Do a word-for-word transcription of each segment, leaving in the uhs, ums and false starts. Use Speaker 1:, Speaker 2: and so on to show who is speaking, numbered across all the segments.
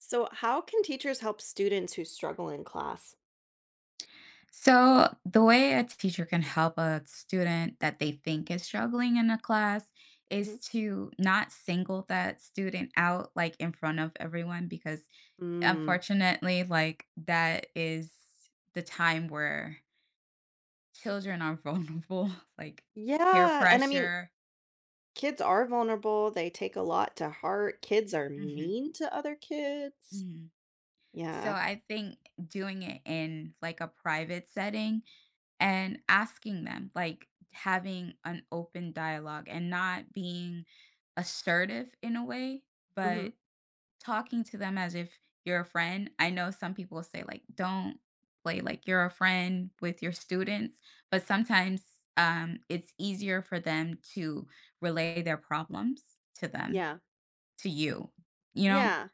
Speaker 1: So, how can teachers help students who struggle in class?
Speaker 2: So, the way a teacher can help a student that they think is struggling in a class
Speaker 1: Mhm.
Speaker 2: is to not single that student out like in front of everyone because
Speaker 1: Mm,
Speaker 2: unfortunately like that is the time where children are vulnerable like peer
Speaker 1: yeah. And I mean,
Speaker 2: pressure.
Speaker 1: kids are vulnerable. They take a lot to heart. Kids are
Speaker 2: Mhm,
Speaker 1: mean to other kids.
Speaker 2: mhm. So
Speaker 1: Yeah.
Speaker 2: I think doing it in like a private setting and asking them, like having an open dialogue and not being assertive in a way,
Speaker 1: Hmm.
Speaker 2: but talking to them as if you're a friend. I know some people say like don't play like you're a friend with your students, but sometimes um it's easier for them to relay their problems to them,
Speaker 1: Yeah.
Speaker 2: to you, you know?
Speaker 1: Yeah.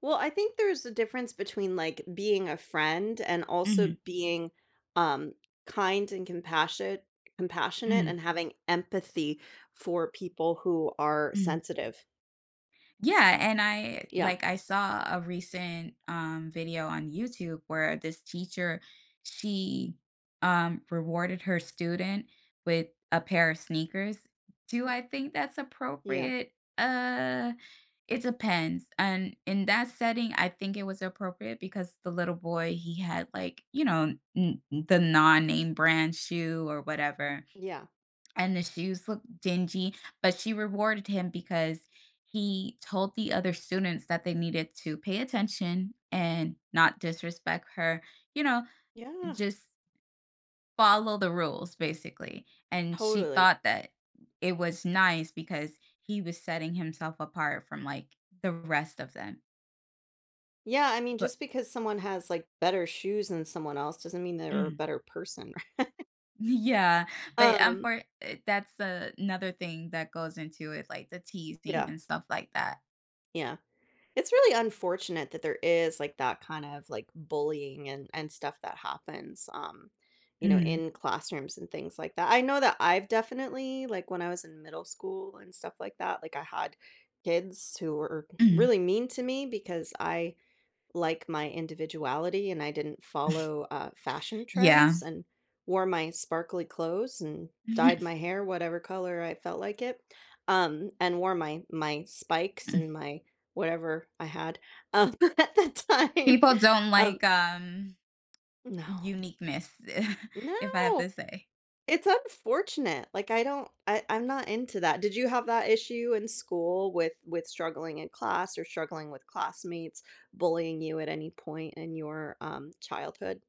Speaker 1: Well, I think there's a difference between like being a friend and also
Speaker 2: Mhm.
Speaker 1: being um, kind and compassionate compassionate
Speaker 2: Mm.
Speaker 1: and having empathy for people who are
Speaker 2: Mm.
Speaker 1: sensitive.
Speaker 2: Yeah, and I
Speaker 1: Yeah.
Speaker 2: like I saw a recent um video on YouTube where this teacher she um rewarded her student with a pair of sneakers. Do
Speaker 1: Mhm.
Speaker 2: I think that's
Speaker 1: Yeah.
Speaker 2: appropriate? Uh it depends. And in that setting, I think it was appropriate because the little boy he had like, you know, n- the non-name brand shoe or whatever,
Speaker 1: Yeah.
Speaker 2: and the shoes looked dingy, but she rewarded him because he told the other students that they needed to pay attention and not disrespect her, you know,
Speaker 1: Yeah.
Speaker 2: just follow the rules basically. And she
Speaker 1: Totally.
Speaker 2: thought that it was nice because he was setting himself apart from like the rest of them.
Speaker 1: Yeah, I mean,
Speaker 2: But
Speaker 1: just because someone has like better shoes than someone else doesn't mean they're a
Speaker 2: mm,
Speaker 1: better person.
Speaker 2: yeah, but um,
Speaker 1: Um,
Speaker 2: for uh, that's uh, another thing that goes into it, like the teasing
Speaker 1: yeah,
Speaker 2: and stuff like that.
Speaker 1: yeah. It's really unfortunate that there is like that kind of like bullying and and stuff that happens, um, you know,
Speaker 2: Mm,
Speaker 1: in classrooms and things like that. I know that I've definitely like when I was in middle school and stuff like that, like I had kids who were
Speaker 2: mm,
Speaker 1: really mean to me because I like my individuality and I didn't follow uh, fashion
Speaker 2: yeah.
Speaker 1: trends and wore my sparkly clothes and dyed my hair whatever color I felt like it um, and wore my my spikes and my whatever I had um, at the time.
Speaker 2: People don't
Speaker 1: Um,
Speaker 2: like, um,
Speaker 1: no,
Speaker 2: uniqueness, if I have
Speaker 1: no,
Speaker 2: to say.
Speaker 1: it's unfortunate. Like I don't, I, I'm not into that. Did you have that issue in school with with struggling in class or struggling with classmates bullying you at any point in your um, childhood?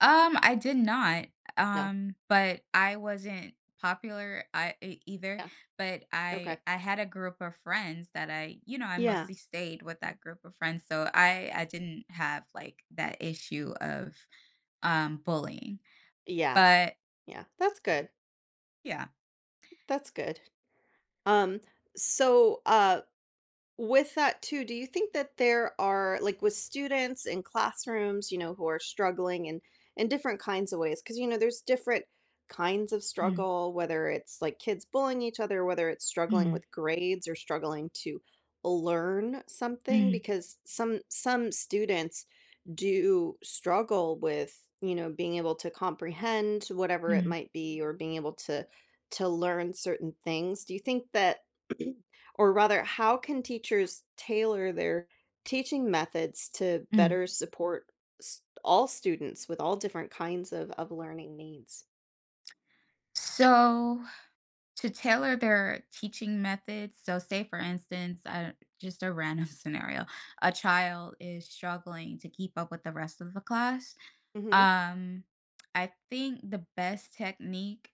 Speaker 2: Um, I did not,
Speaker 1: No.
Speaker 2: um, but I wasn't popular, I e either,
Speaker 1: Yeah.
Speaker 2: but
Speaker 1: Okay.
Speaker 2: I I had a group of friends that I you know, I
Speaker 1: Yeah.
Speaker 2: mostly stayed with that group of friends, so I I didn't have, like, that issue of, um, bullying,
Speaker 1: Yeah.
Speaker 2: but
Speaker 1: Yeah. That's good.
Speaker 2: yeah.
Speaker 1: That's good. Um, so, uh, with that too, do you think that there are like with students in classrooms, you know, who are struggling in in different kinds of ways? Because you know, there's different kinds of
Speaker 2: Mhm,
Speaker 1: struggle, whether it's like kids bullying each other, whether it's struggling
Speaker 2: mhm,
Speaker 1: with grades or struggling to learn something,
Speaker 2: mhm,
Speaker 1: because some some students do struggle with, you know, being able to comprehend whatever it
Speaker 2: mhm,
Speaker 1: might be or being able to to learn certain things. Do you think that or rather, how can teachers tailor their teaching methods to
Speaker 2: mm.
Speaker 1: better support s- all students with all different kinds of, of learning needs?
Speaker 2: So To tailor their teaching methods, so say for instance, uh, just a random scenario, a child is struggling to keep up with the rest of the class.
Speaker 1: Hmm.
Speaker 2: Um, I think the best technique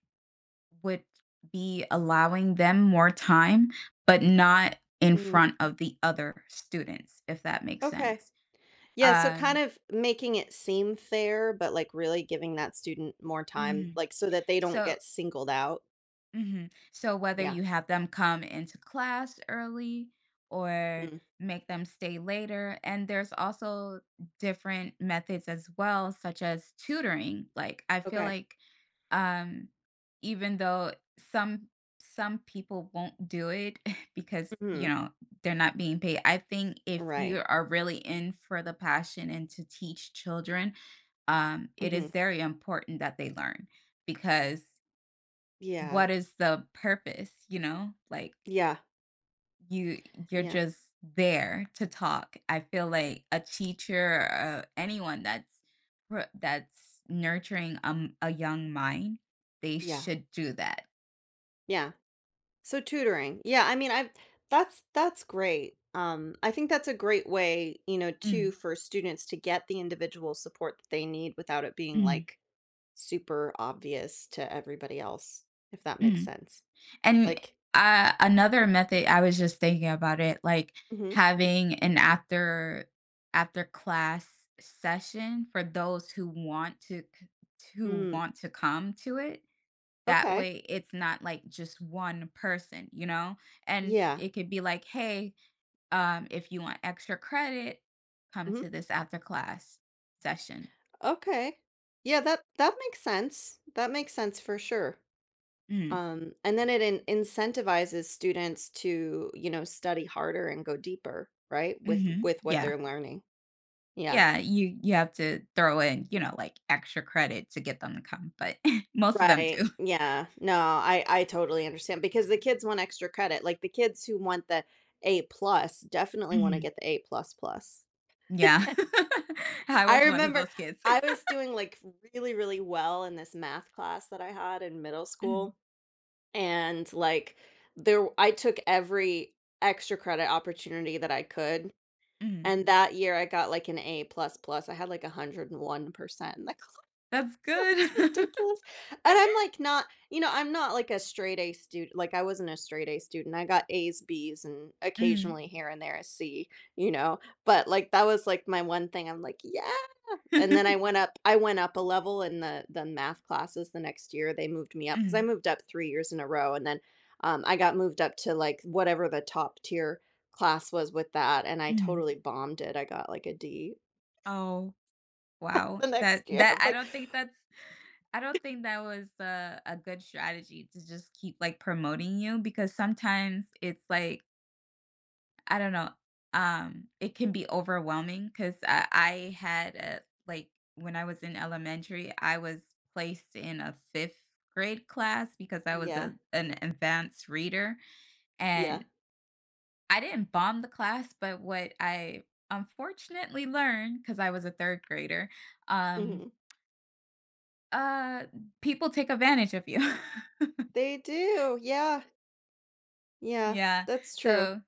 Speaker 2: would be allowing them more time, but not in
Speaker 1: Hmm.
Speaker 2: front of the other students, if that makes
Speaker 1: Okay.
Speaker 2: sense.
Speaker 1: Yeah. So, kind
Speaker 2: Um,
Speaker 1: of making it seem fair, but like really giving that student more time,
Speaker 2: mhm.
Speaker 1: like so that they don't
Speaker 2: So
Speaker 1: get singled out.
Speaker 2: hmm So whether
Speaker 1: Yeah.
Speaker 2: you have them come into class early or
Speaker 1: Mm.
Speaker 2: make them stay later, and there's also different methods as well, such as tutoring. Like I feel
Speaker 1: Okay.
Speaker 2: like um, even though some some people won't do it because
Speaker 1: Hmm.
Speaker 2: you know they're not being paid. I think if
Speaker 1: Right.
Speaker 2: you are really in for the passion and to teach children, um, it
Speaker 1: Hmm.
Speaker 2: is very important that they learn because
Speaker 1: Yeah.
Speaker 2: what is the purpose, you know? Like
Speaker 1: Yeah.
Speaker 2: you you're
Speaker 1: Yeah.
Speaker 2: just there to talk. I feel like a teacher uh, anyone that's pro- that's nurturing um, a young mind, they
Speaker 1: Yeah.
Speaker 2: should do that.
Speaker 1: Yeah. So tutoring. Yeah, I mean, I've that's that's great. Um, I think that's a great way, you know,
Speaker 2: Mm,
Speaker 1: too, for students to get the individual support that they need without it being
Speaker 2: mm,
Speaker 1: like super obvious to everybody else, if that makes
Speaker 2: mm.
Speaker 1: sense.
Speaker 2: And
Speaker 1: Like,
Speaker 2: uh, another method I was just thinking about it like
Speaker 1: hmm,
Speaker 2: having an after after class session for those who want to c- who
Speaker 1: mm,
Speaker 2: want to come to it. That
Speaker 1: okay,
Speaker 2: way it's not like just one person, you know? And
Speaker 1: yeah,
Speaker 2: it could be like, hey, um, if you want extra credit, come
Speaker 1: hmm,
Speaker 2: to this after class session.
Speaker 1: okay, yeah, that that makes sense. That makes sense for sure.
Speaker 2: Mm.
Speaker 1: Um, and then it in- incentivizes students to, you know, study harder and go deeper, right? With
Speaker 2: Hmm.
Speaker 1: with what
Speaker 2: Yeah.
Speaker 1: they're learning. Yeah.
Speaker 2: Yeah. You you have to throw in, you know, like extra credit to get them to come, but most of them
Speaker 1: Right,
Speaker 2: do.
Speaker 1: yeah. No, I I totally understand because the kids want extra credit, like, the kids who want the A plus definitely wanna
Speaker 2: Mhm.
Speaker 1: get the A plus plus.
Speaker 2: Yeah. I
Speaker 1: I
Speaker 2: was one of
Speaker 1: remember
Speaker 2: those kids.
Speaker 1: I was doing, like, really, really well in this math class that I had in middle
Speaker 2: Mm,
Speaker 1: school, and, like, there I took every extra credit opportunity that I could,
Speaker 2: mm.
Speaker 1: and that year I got, like, an A plus plus. I had, like, one hundred one percent in the class.
Speaker 2: That's
Speaker 1: It's
Speaker 2: good.
Speaker 1: ridiculous. And I'm like not you know, I'm not like a straight A student. Like I wasn't a straight A student. I got A's, B's, and
Speaker 2: Mm.
Speaker 1: occasionally here and there a C, you know. But like that was like my one thing. I'm like, yeah. And then I went up I went up a level in the the math classes the next year. They moved me up because I
Speaker 2: Mm,
Speaker 1: moved up three years in a row. And then um, I got moved up to like whatever the top tier class was with that. And I
Speaker 2: mm.
Speaker 1: totally bombed it. I got like a D
Speaker 2: Oh, wow.
Speaker 1: the
Speaker 2: That
Speaker 1: next year.
Speaker 2: that
Speaker 1: I'm
Speaker 2: I
Speaker 1: like,
Speaker 2: don't think that's I don't think that was a, a good strategy to just keep like promoting you because sometimes it's like I don't know, um, it can be overwhelming because I, I had a, like when I was in elementary, I was placed in a fifth grade class because I was
Speaker 1: yeah,
Speaker 2: a an advanced reader
Speaker 1: yeah.
Speaker 2: and I didn't bomb the class, but what I unfortunately learned because I was a third grader, um,
Speaker 1: Mhm.
Speaker 2: uh, people take advantage of you.
Speaker 1: They do, yeah, yeah,
Speaker 2: Yeah.
Speaker 1: that's true.
Speaker 2: So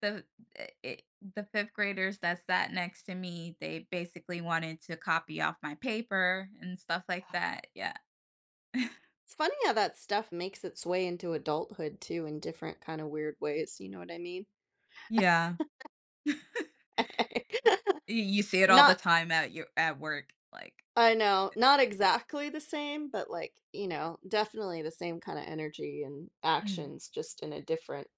Speaker 2: the I I the fifth graders that sat next to me, they basically wanted to copy off my paper and stuff like that. Yeah.
Speaker 1: It's funny how that stuff makes its way into adulthood too in different kind of weird ways, you know what I mean?
Speaker 2: Yeah. You you see it all the
Speaker 1: Not
Speaker 2: time at your at work, like,
Speaker 1: I know, not exactly the same, but like, you know, definitely the same kind of energy and
Speaker 2: "Mm,
Speaker 1: actions, just in a different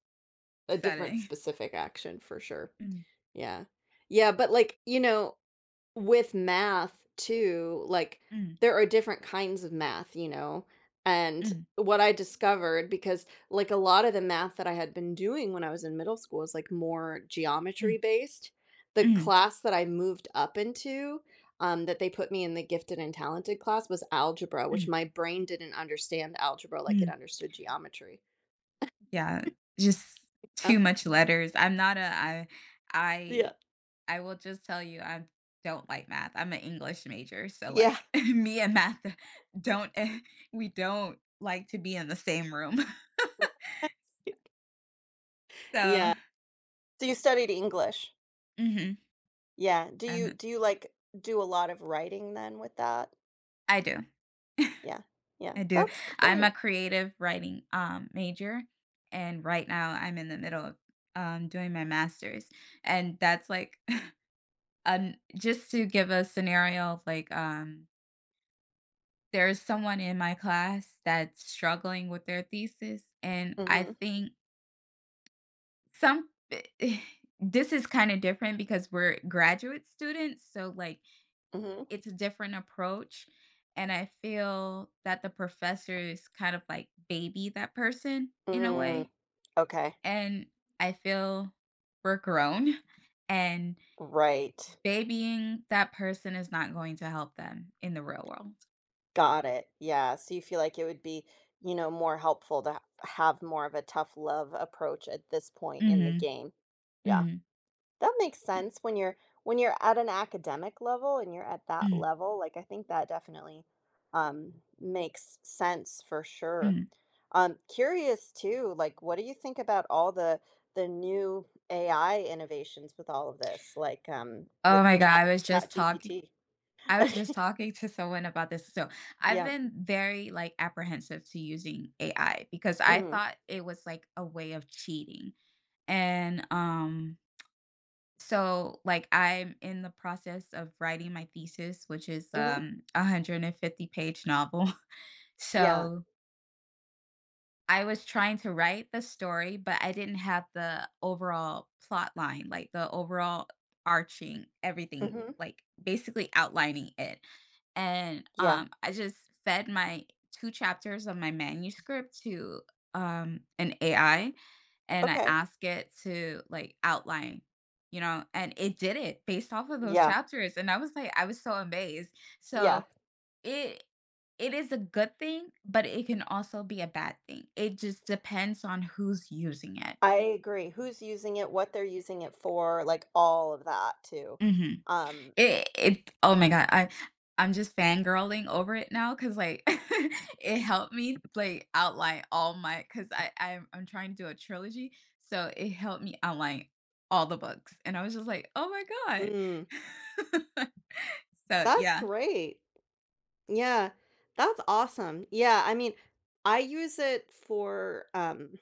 Speaker 1: a different
Speaker 2: setting.
Speaker 1: specific action for sure.
Speaker 2: Mm,
Speaker 1: Yeah. Yeah, but like, you know, with math too, like,
Speaker 2: mm,
Speaker 1: there are different kinds of math, you know, and
Speaker 2: mm,
Speaker 1: what I discovered because, like, a lot of the math that I had been doing when I was in middle school was like, more
Speaker 2: mm,
Speaker 1: geometry based. The
Speaker 2: mm,
Speaker 1: class that I moved up into, um, that they put me in the gifted and talented class was algebra, which
Speaker 2: mm,
Speaker 1: my brain didn't understand algebra like it
Speaker 2: mm."
Speaker 1: understood geometry.
Speaker 2: Yeah, just
Speaker 1: Uh,
Speaker 2: too much letters. I'm not a I
Speaker 1: yeah.
Speaker 2: I I will just tell you I don't like math. I'm an English major, so,
Speaker 1: Yeah.
Speaker 2: like, me and math don't we don't like to be in the same room.
Speaker 1: Yeah.
Speaker 2: So
Speaker 1: So you studied English?
Speaker 2: mhm,
Speaker 1: Yeah. Do
Speaker 2: I'm
Speaker 1: you
Speaker 2: a
Speaker 1: do you, like, do a lot of writing then with that?
Speaker 2: I do,
Speaker 1: Yeah. Yeah.
Speaker 2: I do.
Speaker 1: That's
Speaker 2: I'm a
Speaker 1: great.
Speaker 2: creative writing, um, major, and right now I'm in the middle of, um, doing my master's, and that's, like, an just to give a scenario, like, um, there's someone in my class that's struggling with their thesis, and I
Speaker 1: Mhm.
Speaker 2: think Some this is kind of different because we're graduate students, so, like,
Speaker 1: Mhm.
Speaker 2: it's a different approach, and I feel that the professors kind of, like, baby that person in a
Speaker 1: Mm.
Speaker 2: way,
Speaker 1: Okay.
Speaker 2: and I feel we're grown, and
Speaker 1: Right.
Speaker 2: babying that person is not going to help them in the real world.
Speaker 1: Got it. Yeah. So you feel like it would be, you know, more helpful to ha- have more of a tough love approach at this point in the
Speaker 2: Mhm,
Speaker 1: game. Yeah.
Speaker 2: mhm,
Speaker 1: That makes
Speaker 2: y
Speaker 1: sense when you're when you're at an academic level and you're at that
Speaker 2: mhm,
Speaker 1: level, like I think that definitely um makes sense for sure.
Speaker 2: mhm.
Speaker 1: Um, curious too, like what do you think about all the the new A I innovations with all of this, like um
Speaker 2: Oh
Speaker 1: with
Speaker 2: my god,
Speaker 1: chat
Speaker 2: I was
Speaker 1: chat
Speaker 2: just talking
Speaker 1: G P T?
Speaker 2: I was just talking to someone about this. So I've
Speaker 1: Yeah.
Speaker 2: been very like apprehensive to using A I because I
Speaker 1: Mhm.
Speaker 2: thought it was like a way of cheating. And um so like I'm in the process of writing my thesis, which is
Speaker 1: Mhm.
Speaker 2: um a one hundred fifty page novel.
Speaker 1: Yeah.
Speaker 2: So I was trying to write the story, but I didn't have the overall plot line, like the overall arching everything,
Speaker 1: Mhm.
Speaker 2: like basically outlining it. And
Speaker 1: Yeah.
Speaker 2: um, I just fed my two chapters of my manuscript to um, an A I and I
Speaker 1: Okay.
Speaker 2: asked it to like outline, you know, and it did it based off of those
Speaker 1: Yeah.
Speaker 2: chapters. And I was like, I was so amazed.
Speaker 1: Yeah.
Speaker 2: So it it is a good thing, but it can also be a bad thing. It just depends on who's using it.
Speaker 1: I agree. Who's using it, what they're using it for, like all of that too.
Speaker 2: Mhm.
Speaker 1: Um,
Speaker 2: It it oh my god, I I'm just fangirling over it now because like, it helped me, like, outline all my because I I'm I'm trying to do a trilogy, so it helped me outline all the books, and I was just like, "Oh my
Speaker 1: mm,
Speaker 2: god." So,
Speaker 1: that's
Speaker 2: yeah.
Speaker 1: great. Yeah, that's awesome. Yeah, I mean, I use it for, um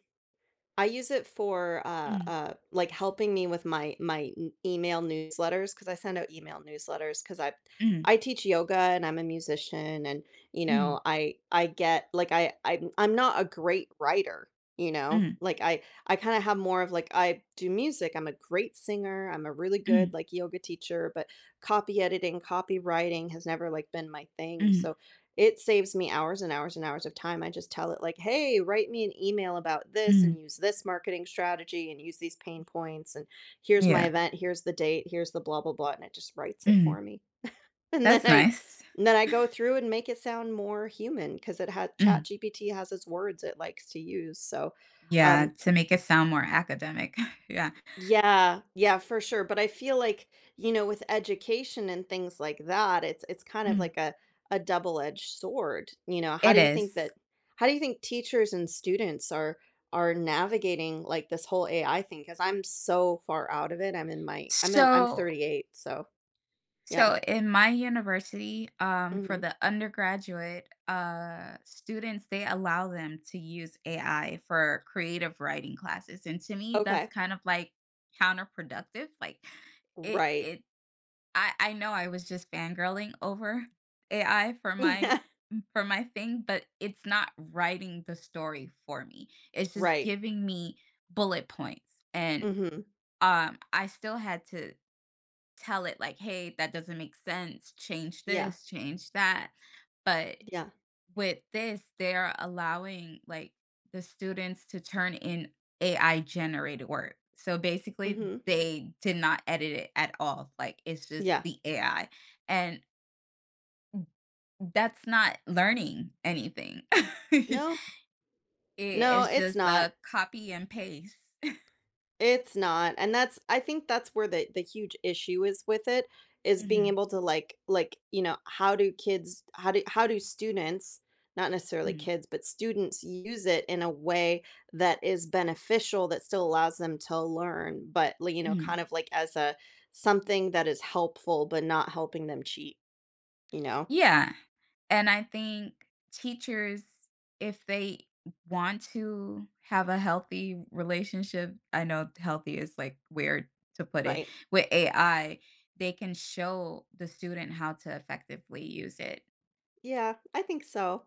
Speaker 1: I use it for, uh,
Speaker 2: Mm,
Speaker 1: uh, like, helping me with my my e email newsletters, because I send out email newsletters because I
Speaker 2: mm,
Speaker 1: I teach yoga and I'm a musician and, you
Speaker 2: mm,
Speaker 1: know, I I get like, I I'm I'm not a great writer, you know?
Speaker 2: mm,
Speaker 1: Like, I I kinda have more of, like I do music, I'm a great singer, I'm a really good,
Speaker 2: mm,
Speaker 1: like, yoga teacher, but copy editing, copywriting has never, like, been my thing, so
Speaker 2: mm,
Speaker 1: it saves me hours and hours and hours of time. I just tell it like, "Hey, write me an email about this and
Speaker 2: mm.
Speaker 1: use this marketing strategy and use these pain points and here's my
Speaker 2: Yeah.
Speaker 1: event, here's the date, here's the blah blah blah," and it just writes it for
Speaker 2: Mm.
Speaker 1: me. And then
Speaker 2: That's
Speaker 1: I
Speaker 2: nice.
Speaker 1: and then I go through and make it sound more human because it had
Speaker 2: Mhm.
Speaker 1: ChatGPT has its words it likes to use. So
Speaker 2: Yeah,
Speaker 1: um,
Speaker 2: to make it sound more academic. Yeah.
Speaker 1: yeah, yeah, for sure, but I feel like, you know, with education and things like that, it's it's kind of
Speaker 2: Mm,
Speaker 1: like a a double-edged sword, you know, how
Speaker 2: it
Speaker 1: do you
Speaker 2: is.
Speaker 1: think that how do you think teachers and students are are navigating, like, this whole A I thing? Because 'Cause I'm so far out of it, I'm in my I'm in I'm
Speaker 2: So
Speaker 1: thirty-eight, so yeah,
Speaker 2: so in my university, um, for
Speaker 1: mhm,
Speaker 2: the undergraduate, uh, students, they allow them to use A I for creative writing classes. And to me, that's
Speaker 1: okay,
Speaker 2: kind of like counterproductive. Like it,
Speaker 1: right,
Speaker 2: it I I know I was just fangirling over A I for my
Speaker 1: yeah,
Speaker 2: for my thing, but it's not writing the story for me. It's just
Speaker 1: right,
Speaker 2: giving me bullet points. And
Speaker 1: mhm,
Speaker 2: um I still had to tell it like, "Hey, that doesn't make sense. Change
Speaker 1: yeah,
Speaker 2: this, change that." But
Speaker 1: yeah,
Speaker 2: with this, they're allowing like the students to turn in A I generated work. So basically,
Speaker 1: mhm,
Speaker 2: they did not edit it at all. Like it's just
Speaker 1: yeah,
Speaker 2: the A I. And that's not learning anything.
Speaker 1: no,
Speaker 2: It-
Speaker 1: no,
Speaker 2: it's
Speaker 1: it's
Speaker 2: just
Speaker 1: not.
Speaker 2: a copy and paste.
Speaker 1: It's not, and that's I think that's where the the huge issue is with it, is being
Speaker 2: Mhm,
Speaker 1: able to like like, you know, how do kids how do how do students, not necessarily
Speaker 2: mhm,
Speaker 1: kids, but students use it in a way that is beneficial that still allows them to learn, but like, you know,
Speaker 2: mhm.
Speaker 1: kind of like as a something that is helpful but not helping them cheat, you know?
Speaker 2: Yeah, and I think teachers, if they want to have a healthy relationship I know healthy is, like, weird to put it
Speaker 1: Right.
Speaker 2: with A I, they can show the student how to effectively use it.
Speaker 1: Yeah, I think so.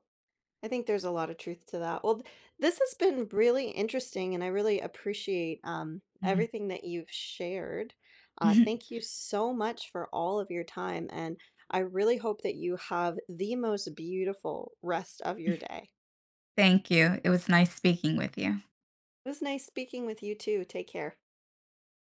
Speaker 1: I think there's a lot of truth to that. Well, th- this has been really interesting, and I really appreciate um,
Speaker 2: Mhm.
Speaker 1: everything that you've shared. Uh, thank you so much for all of your time, and I really hope that you have the most beautiful rest of your day.
Speaker 2: Thank you. It was nice speaking with you.
Speaker 1: It was nice speaking with you too. Take care.